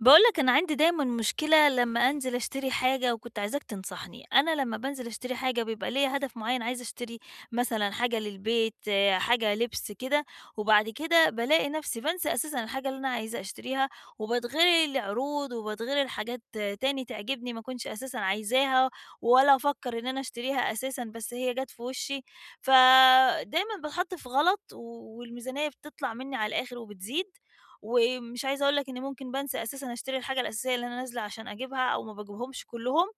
باقولك أنا عندي دايمًا مشكلة لمّا أنزل أشتري حاجة وكنت عايزاك تنصحني، أنا لمّا بانزل أشتري حاجة بيبقى ليّا هدف معيّن عايزة أشتري مثلًا حاجة للبيت، آه، حاجة لبس كده، وبعد كده بالاقي نفسي بانسى أساسًا الحاجة اللي أنا عايزة أشتريها، وباتغري لعروض وباتغري لحاجات تاني تعجبني ما أكونش أساسًا عايزاها، ولا أفكّر إن أنا أشتريها أساسًا بس هي جات في وشي، فدايمًا باتحط في غلط و والميزانية بتطلع مني على الآخر وبتزيد، ومش عايزة أقول لك إني ممكن بانسى أساسًا أشتري الحاجة الأساسية اللي أنا نازلة عشان أجيبها أو ما باجيبهمش كلّهم،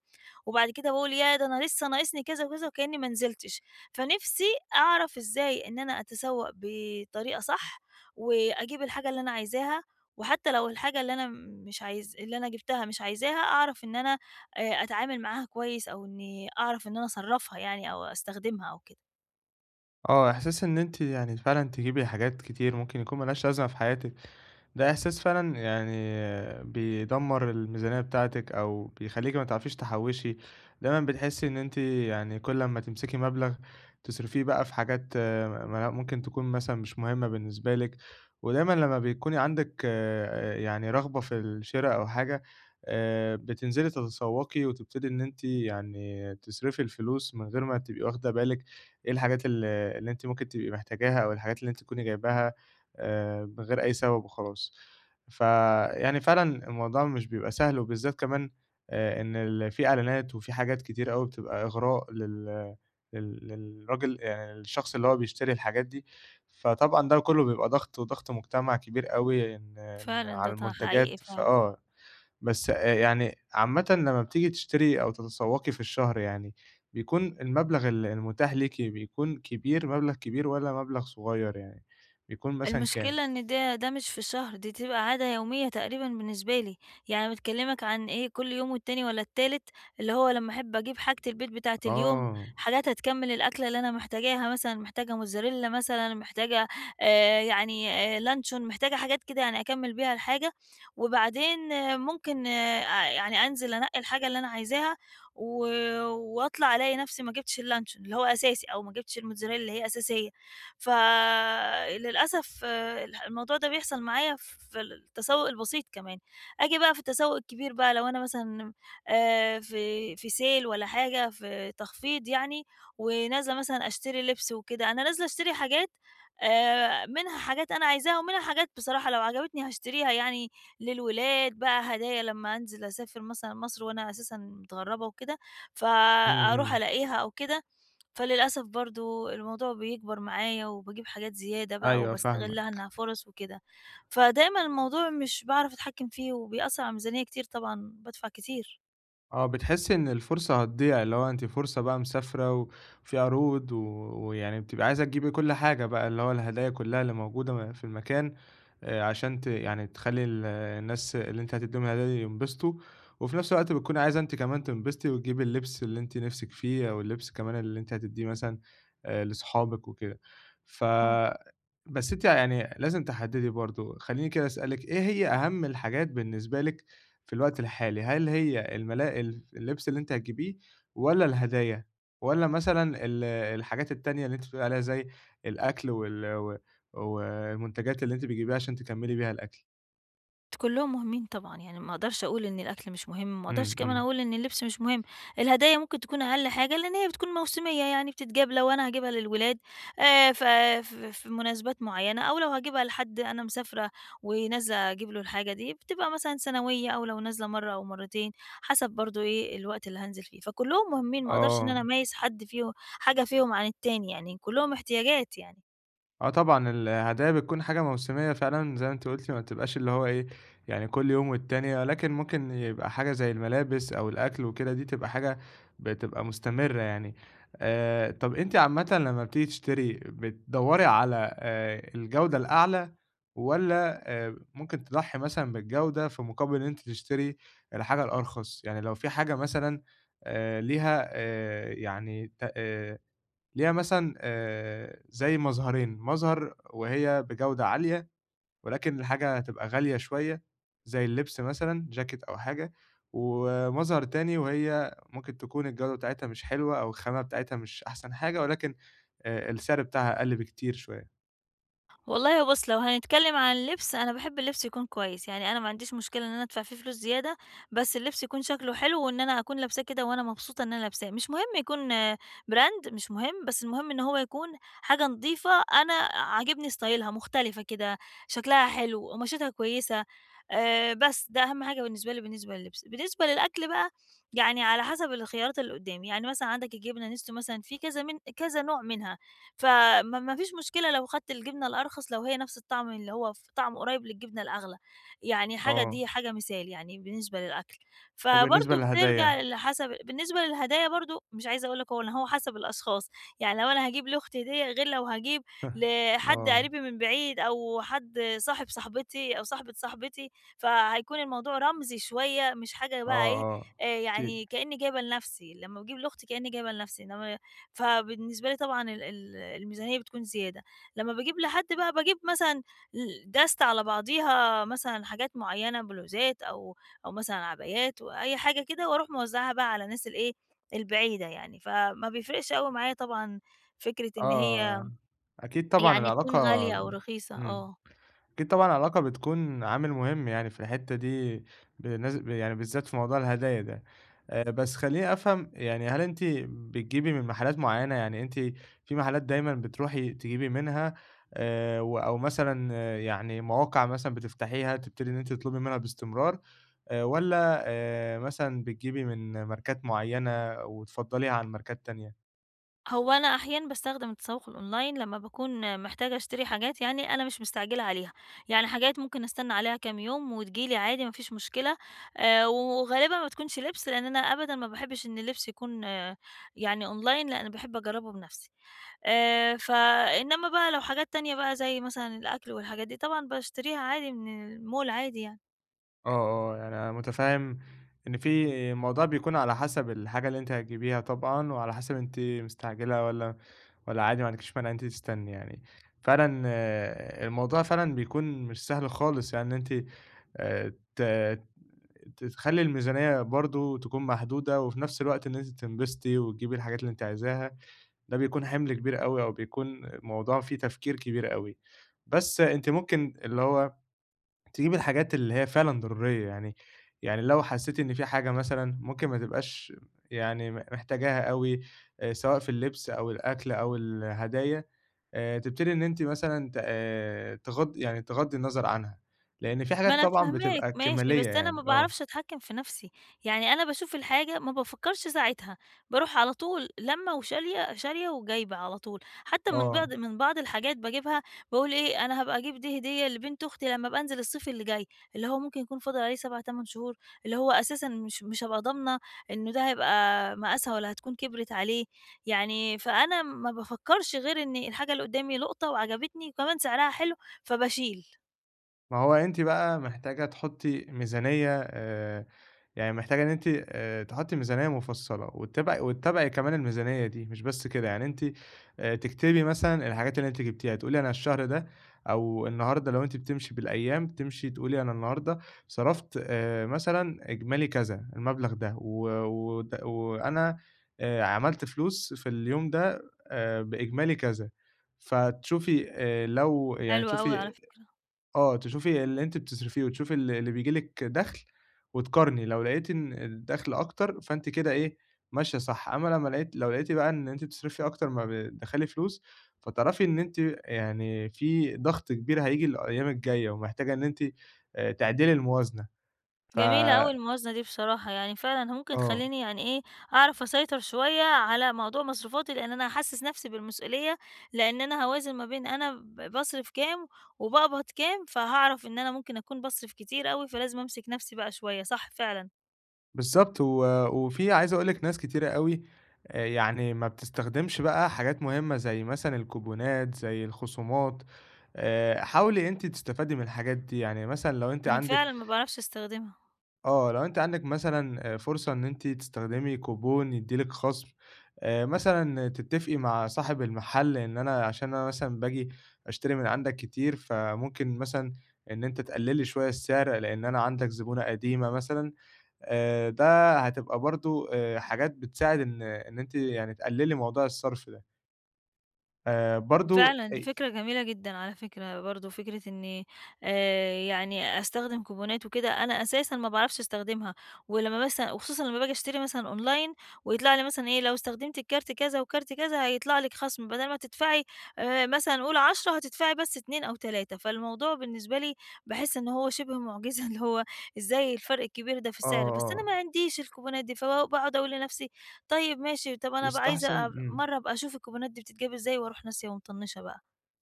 وبعد كده باقول ياه! ده أنا لسه ناقصني كذا وكذا وكأني ما نزلتش، فنفسي أعرف إزاي إن أنا أتسوق بطريقة صح، وأجيب الحاجة اللي أنا عايزاها، وحتى لو الحاجة اللي أنا مش عايز اللي أنا جبتها مش عايزاها أعرف إن أنا أتعامل معاها كويس أو إني أعرف إن أنا أصرّفها يعني أو أستخدمها أو كده. آه، إحساس إن أنتِ يعني فعلًا تجيبي حاجات كتير ممكن يكون ما لهاش لازمة في حياتِك، ده إحساس فعلًا يعني بيدمّر الميزانية بتاعتِك أو بيخلّيكِ ما تعرفيش تحوّشي، دايمًا بتحسّي إن أنتِ يعني كل أمّا تمسكي مبلغ تصرفيه بقى في حاجات ما ممكن تكون مثلًا مش مهمة بالنسبة لِك، ودايمًا لمّا بيكوني عندِك يعني رغبة في الشِرا أو حاجة بتنزلي تتسوّقي وتبتدي إن أنتِ يعني تصرفي الفلوس من غير ما تبقي واخدة بالِك إيه الحاجات اللي أنتِ ممكن تبقي محتاجاها أو الحاجات اللي أنتِ تكوني جايباها من غير أي سبب وخلاص. فيعني فعلًا الموضوع مش بيبقى سهل، وبالذات كمان إن ال في إعلانات وفي حاجات كتير أوي بتبقى إغراء لل لل للراجل يعني للشخص اللي هو بيشتري الحاجات دي، فطبعًا ده كله بيبقى ضغط، وضغط مجتمع كبير أوي إن فعلًا ده على ط حقيقي المنتجات، فعلًا. فآه. بس يعني عامةً لمّا بتيجي تشتري أو تتسوّقي في الشهر يعني، بيكون المبلغ المتاح ليكِ بيكون كبير، مبلغ كبير والّا مبلغ صغير يعني، بيكون مثلًا كام؟ المشكلة إن ده مش في شهر، دي تبقى عادة يومية تقريبا بالنسبة لي، يعني باكلمك عن إيه كل يوم والتاني والّا التالت اللي هو لمّا أحب أجيب حاجة البيت بتاعة اليوم، آه. حاجات هتكمل الأكلة اللي أنا محتاجاها مثلًا محتاجة موتزاريلا مثلًا، محتاجة آآ يعني لانشون، محتاجة حاجات كده يعني أكمل بيها الحاجة، وبعدين آه ممكن يعني أنزل أنقي الحاجة اللي أنا عايزاها و واطلع ألاقي نفسي ما جبتش اللانشون اللي هو أساسي، أو ما جبتش الموتزاريلا اللي هي أساسية، فللأسف الموضوع ده بيحصل معايا في التسوق البسيط كمان، آجي بقى في التسوق الكبير بقى لو أنا مثلًا في sale والّا حاجة في تخفيض يعني، ونازلة مثلًا أشتري لبس وكده، أنا نازلة أشتري حاجات منها حاجات أنا عايزاها، ومنها حاجات بصراحة لو عجبتني هاشتريها يعني للولاد بقى هدايا لمّا أنزل أسافر مثلًا مصر وأنا أساسًا متغربة وكده، إمم، فأروح إمم. ألاقيها أو كده، فللأسف برضه الموضوع بيكبر معايا وباجيب حاجات زيادة بقى أيوه وباستغلها فاهمِك. إنها فرص وكده، فدايمًا الموضوع مش باعرف أتحكم فيه وبيأثّر على الميزانية كتير طبعًا، بادفع كتير. آه، بتحسّي إن الفرصة هتضيع، اللي هو أنتِ فرصة بقى مسافرة و وفي عروض، و ويعني بتبقي عايزة تجيبي كل حاجة بقى، اللي هو الهدايا كلّها اللي موجودة م في المكان عشان ت يعني تخلّي ال الناس اللي أنتِ هتدّيهم الهدايا دي ينبسطوا، وفي نفس الوقت بتكوني عايزة أنتِ كمان تنبسطي وتجيبي اللبس اللي أنتِ نِفْسِك فيه أو اللبس كمان اللي أنتِ هتدّيه مثلًا لصحابِك وكده. ف بس أنتِ يعني لازم تحدّدي برضه، خلّيني كده أسألِك إيه هي أهم الحاجات بالنسبة لِك في الوقت الحالي؟ هل هي الملا الف اللبس اللي أنتِ هتجيبيه والّا الهدايا والّا مثلًا ال الحاجات التانية اللي أنتِ بتقولي عليها زي الأكل وال و والمنتجات اللي أنتِ بتجيبيها عشان تكمّلي بيها الأكل؟ كلهم مهمين طبعًا، يعني ما أقدرش أقول إن الأكل مش مهم، ما أقدرش إمم، كمان إمم، أقول إن اللبس مش مهم، الهدايا ممكن تكون أقل حاجة، لإن هي بتكون موسمية، يعني بتتجاب لو أنا هاجيبها للولاد ف ف في مناسبات معيّنة، أو لو هاجيبها لحد أنا مسافرة ونازلة أجيب له الحاجة دي، بتبقى مثلًا سنوية، أو لو نازلة مرّة أو مرّتين، حسب برضه إيه الوقت اللي هانزل فيه، فكلهم مهمين، ما أقدرش إن آه. أنا أميّز حد فيهم حاجة فيهم عن التاني، يعني كلهم احتياجات يعني. آه طبعًا، الهدايا بتكون حاجة موسمية فعلًا زي ما أنتِ قُلتِ، ما بتبقاش اللي هو إيه، يعني كل يوم والتاني، ولكن ممكن يبقى حاجة زي الملابس أو الأكل وكده، دي تبقى حاجة بتبقى مستمرة يعني. طَب أنتِ عامةً لمّا بتيجي تشتري، بتدوّري على الجودة الأعلى والّا ممكن تضحّي مثلًا بالجودة في مقابل إن أنتِ تشتري الحاجة الأرخص؟ يعني لو في حاجة مثلًا ليها يعني ت ليها مثلًا زي مظهرين، مظهر وهي بجودة عالية ولكن الحاجة هتبقى غالية شوية، زي اللبس مثلًا جاكيت أو حاجة، ومظهر تاني وهي ممكن تكون الجودة بتاعتها مش حلوة أو الخامة بتاعتها مش أحسن حاجة ولكن السعر بتاعها أقل بكتير شوية. والله بُص، لو هنتكلم عن اللبس، أنا باحب اللبس يكون كويس، يعني أنا ما عنديش مشكلة إن أنا أدفع فيه فلوس زيادة، بس اللبس يكون شكله حلو وإن أنا أكون لابساه كده وأنا مبسوطة إن أنا لابساه، مش مهم يكون آه، براند مش مهم، بس المهم إن هو يكون حاجة نضيفة أنا عاجبني ستايلها، مختلفة كده، شكلها حلو، قماشتها كويسة، بس ده أهم حاجة بالنسبة لي بالنسبة للبس. بالنسبة للأكل بقى، يعني على حسب الخيارات اللي قدامي، يعني مثلًا عندك الجبنة نستو مثلًا في كذا من كذا نوع منها. فما ما فيش مشكلة لو خدت الجبنة الأرخص لو هي نفس الطعم اللي هو ف طعمه قريب للجبنة الأغلى، يعني حاجة آه، دي حاجة مثال يعني بالنسبة للأكل، وبالنسبة فبرضه بترجع للهدايا لحسب بالنسبة للهدايا برضه مش عايزة أقول لك هو إن هو حسب الأشخاص، يعني لو أنا هاجيب لأختي هدية غير لو هاجيب لحد آه، قريبي من بعيد أو حد صاحب صاحبتي أو صاحبة صاحبتي، فهيكون الموضوع رمزي شوية مش حاجة آه، بقى إيه، آه، أكيد. يعني كأني جايبة لنفسي، لمّا باجيب لأختي كأني جايبة لنفسي، إنما فبالنسبة لي طبعًا ال ال الميزانية بتكون زيادة، لمّا باجيب لحد بقى باجيب مثلًا دست على بعضيها مثلًا حاجات معيّنة بلوزات أو أو مثلًا عبايات وأي حاجة كده وأروح موزّعاها بقى على الناس الإيه، البعيدة يعني، فما بيفرقش أوي معايا طبعًا فكرة إن هي آه، أكيد طبعًا يعني تكون العلاقة. غالية أو رخيصة، إمم. آه. أكيد طبعًا العلاقة بتكون عامل مهم يعني في الحتّة دي بالناس يعني بالذات في موضوع الهدايا ده. بس خلّيني أفهم يعني هل أنتِ بتجيبي من محلات معيّنة؟ يعني أنتِ في محلات دايمًا بتروحي تجيبي منها و أو مثلًا آه، يعني مواقع مثلًا بتفتحيها تبتدي إن أنتِ تطلبي منها باستمرار والّا مثلًا بتجيبي من ماركات معيّنة وتفضّليها عن ماركات تانية؟ هو أنا أحيانًا باستخدم التسوق الأونلاين لمّا باكون محتاجة أشتري حاجات يعني أنا مش مستعجلة عليها، يعني حاجات ممكن أستنى عليها كام يوم وتيجي لي عادي ما فيش مشكلة، وغالبًا ما بتكونش لبس لأن أنا أبدًا ما باحبش إن اللبس يكون آه، يعني أونلاين لأ، أنا باحب أجربه بنفسي، فإنما بقى لو حاجات تانية بقى زي مثلًا الأكل والحاجات دي طبعًا باشتريها عادي من المول عادي يعني. آه، آه، يعني أنا متفهّم إن في الموضوع بيكون على حسب الحاجة اللي أنتِ هتجيبيها طبعًا، وعلى حسب أنتِ مستعجلة والّا عادي ما عندكيش مانع إن أنتِ تستني يعني. فعلًا آه، الموضوع فعلًا بيكون مش سهل خالص يعني إن أنتِ آآ ت ت تخلّي الميزانية برضه تكون محدودة، وفي نفس الوقت إن أنتِ تنبسطي وتجيبي الحاجات اللي أنتِ عايزاها، ده بيكون حِمل كبير أوي أو بيكون موضوع فيه تفكير كبير أوي. بس أنتِ ممكن اللي هو تجيب الحاجات اللي هي فعلًا ضرورية، يعني يعني لو حسّيتِ إن في حاجة مثلًا ممكن ما تبقاش يعني م محتاجاها أوي، سواء في اللبس أو الأكل أو الهدايا، تبتدي إن أنتِ مثلًا ت تغض يعني تغضّي النظر عنها، لإن في ما حاجات أنا طبعًا فاهماك بتبقى ماشي، بس كمالية أنا ما يعني، آه، باعرفش أتحكّم في نَفْسي، يعني أنا باشوف الحاجة ما بافكّرش ساعتها، باروح على طول لَمّة وشالية، شارية وجايبة على طول، حتى من بعض آه، من بعض الحاجات باجيبها باقول إيه، أنا هابقى أجيب دي هدية لبنت أختي لمّا أبقى أنزل الصيف اللي جاي، اللي هو ممكن يكون فاضل عليه 7، 8 شهور، اللي هو أساسًا مش هابقى ضامنة إنه ده هيبقى مقاسها والّا هتكون كبرِت عليه، يعني فأنا ما بافكّرش غير إن الحاجة اللي قُدّامي لقطة وعجبتني وكمان سعرها حلو، فباشيل. ما هو أنتِ بقى محتاجة تحطّي ميزانية يعني محتاجة إن أنتِ تحطّي ميزانية مفصّلة وتتابعي وتتابعي كمان الميزانية دي، مش بس كده، يعني أنتِ تكتبي مثلًا الحاجات اللي أنتِ جبتيها، تقولي أنا الشهر ده أو النهارده لو أنتِ بتمشي بالأيام، تمشي تقولي أنا النهارده صرفت مثلًا إجمالي كذا، المبلغ ده و وت وأنا عملت فلوس في اليوم ده بإجمالي كذا، فتشوفي لو يعني حلو أوي على تشوفي فكرة. آه، تشوفي اللي أنتِ بتصرفيه وتشوفي ال اللي بييجي لِك دخل وتقارني، لو لقيتِ إن الدخل أكتر فأنتِ كده إيه، ماشية صح، أمّا لمّا لقيتِ لو لقيتِ بقى إن أنتِ بتصرفي أكتر ما بتدخّلي فلوس، فتعرفي إن أنتِ يعني في ضغط كبير هييجي الأيام الجاية ومحتاجة إن أنتِ تعدلي الموازنة. ف جميلة أوي الموازنة دي بصراحة، يعني فعلًا ممكن آه. تخلّيني يعني إيه، أعرف أسيطر شوية على موضوع مصروفاتي، لإن أنا هاحسّس نَفْسي بالمسؤولية، لإن أنا هاوازن ما بين أنا باصرف كام وباقبض كام، فهاعرف إن أنا ممكن أكون باصرف كتير أوي، فلازم أمسك نَفْسي بقى شوية، صح فعلًا، بالضبط، و وفي عايز أقول لِك ناس كتيرة أوي يعني ما بتستخدمش بقى حاجات مهمة زي مثلًا الكوبونات، زي الخصومات، حاولي أنتِ تستفادي من الحاجات دي، يعني مثلًا لو أنتِ أنا عندِك فعلًا ما باعرفش أستخدمها. آه، لو أنتِ عندِك مثلًا آه، فرصة إن أنتِ تستخدمي كوبون يدّي لِك خصم، مثلًا تتفقي مع صاحب المحل إن أنا عشان أنا مثلًا باجي أشتري من عندك كتير، فممكن مثلًا إن أنت تقلّلي شوية السعر لإن أنا عندك زبونة قديمة مثلًا. ده هتبقى برضه حاجات بتساعد إن أنتِ يعني تقللي موضوع الصرف ده. برضه فعلًا أي دي فكرة جميلة جدًا على فكرة برضه، فكرة إني يعني أستخدم كوبونات وكده، أنا أساسًا ما باعرفش أستخدمها، ولمّا مثلًا وخصوصًا لمّا باجي أشتري مثلًا أونلاين ويطلع لي مثلًا إيه، لو استخدمتِ الكارت كذا وكارت كذا هيطلع لِك خصم، بدل ما تدفعي مثلًا قُل 10 هتدفعي بس 2 أو 3 فالموضوع بالنسبة لي باحس إن هو شِبه معجزة اللي هو إزاي الفرق الكبير ده في آه، السعر، بس أنا آه، ما عنديش الكوبونات دي، باقعد أقول لنفسي طيب ماشي، طَب أنا بقى عايزة يستحسن. إمم. مرّة أبقى أشوف الكوبونات دي بتتجاب إزاي وأروح ناسية ومطنّشة بقى.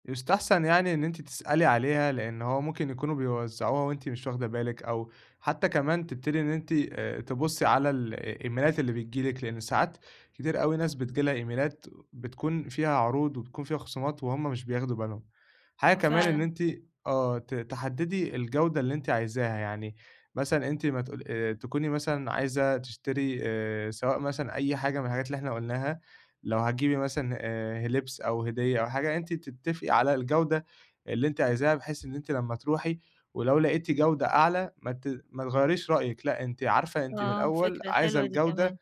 يُستحسن يعني إن أنتِ تسألي عليها، لإن هو ممكن يكونوا بيوزّعوها وأنتِ مش واخدة بالِك، أو حتى كمان تبتدي إن أنتِ تبُصّي على الإيميلات اللي بتيجي لِك، لإن ساعات كتير أوي ناس بتيجي لها إيميلات بتكون فيها عروض وبتكون فيها خصومات وهُم مش بياخدوا بالهم. حاجة آه كمان إن فعلًا. أنتِ آه، ت تحدّدي الجودة اللي أنتِ عايزاها، يعني مثلًا أنتِ ما تقول تكوني مثلًا عايزة تشتري سواء مثلًا أي حاجة من الحاجات اللي إحنا قُلناها لو هتجيبي مثلًا لبس أو هدية أو حاجة، أنتِ تتفقي على الجودة اللي أنتِ عايزاها، بحيث إن أنتِ لمّا تروحي ولو لقيتِ جودة أعلى ما تغيّريش رأيِك، لأ أنتِ عارفة أنتِ من آه، الأول فكرة عايزة حلوة دي الجودة كمان.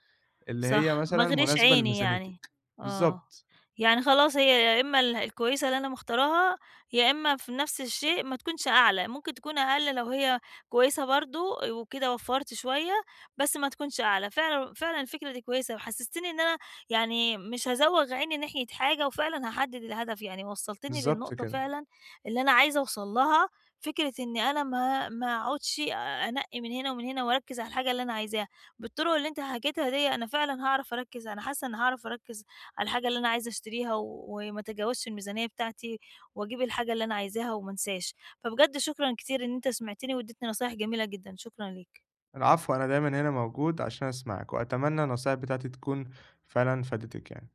اللي هي صح، ما مثلًا اغريش مناسبة عيني يعني، لميزانيتِك. آه، بالضبط، يعني خلاص هي يا إما الكويسة اللي أنا مختاراها، يا إما في نفس الشيء ما تكونش أعلى، ممكن تكون أقل لو هي كويسة برضه وكده وفّرت شوية، بس ما تكونش أعلى، فعلًا فعلًا الفكرة دي كويسة، وحسستني إن أنا يعني مش هازوّغ عيني ناحية حاجة، وفعلًا هاحدد الهدف، يعني وصّلتني بالضبط للنقطة كده. فعلًا اللي أنا عايزة أوصل لها، فكرة إني أنا ما أقعدش أنقّي من هنا ومن هنا وأركّز على الحاجة اللي أنا عايزاها. بالطرق اللي أنت حكيتها دي أنا فعلًا هاعرف أركّز، أنا حاسة إني هاعرف أركّز على الحاجة اللي أنا عايزة أشتريها و وما أتجاوزش الميزانية بتاعتي وأجيب الحاجة اللي أنا عايزاها وما انساش، فبجد شكرًا كتير إن أنت سمعتني وادّيتني نصايح جميلة جدًا، شكرًا ليك. العفو، أنا دايمًا هنا موجود عشان أسمعِك، وأتمنى النصايح بتاعتي تكون فعلًا فادتِك يعني.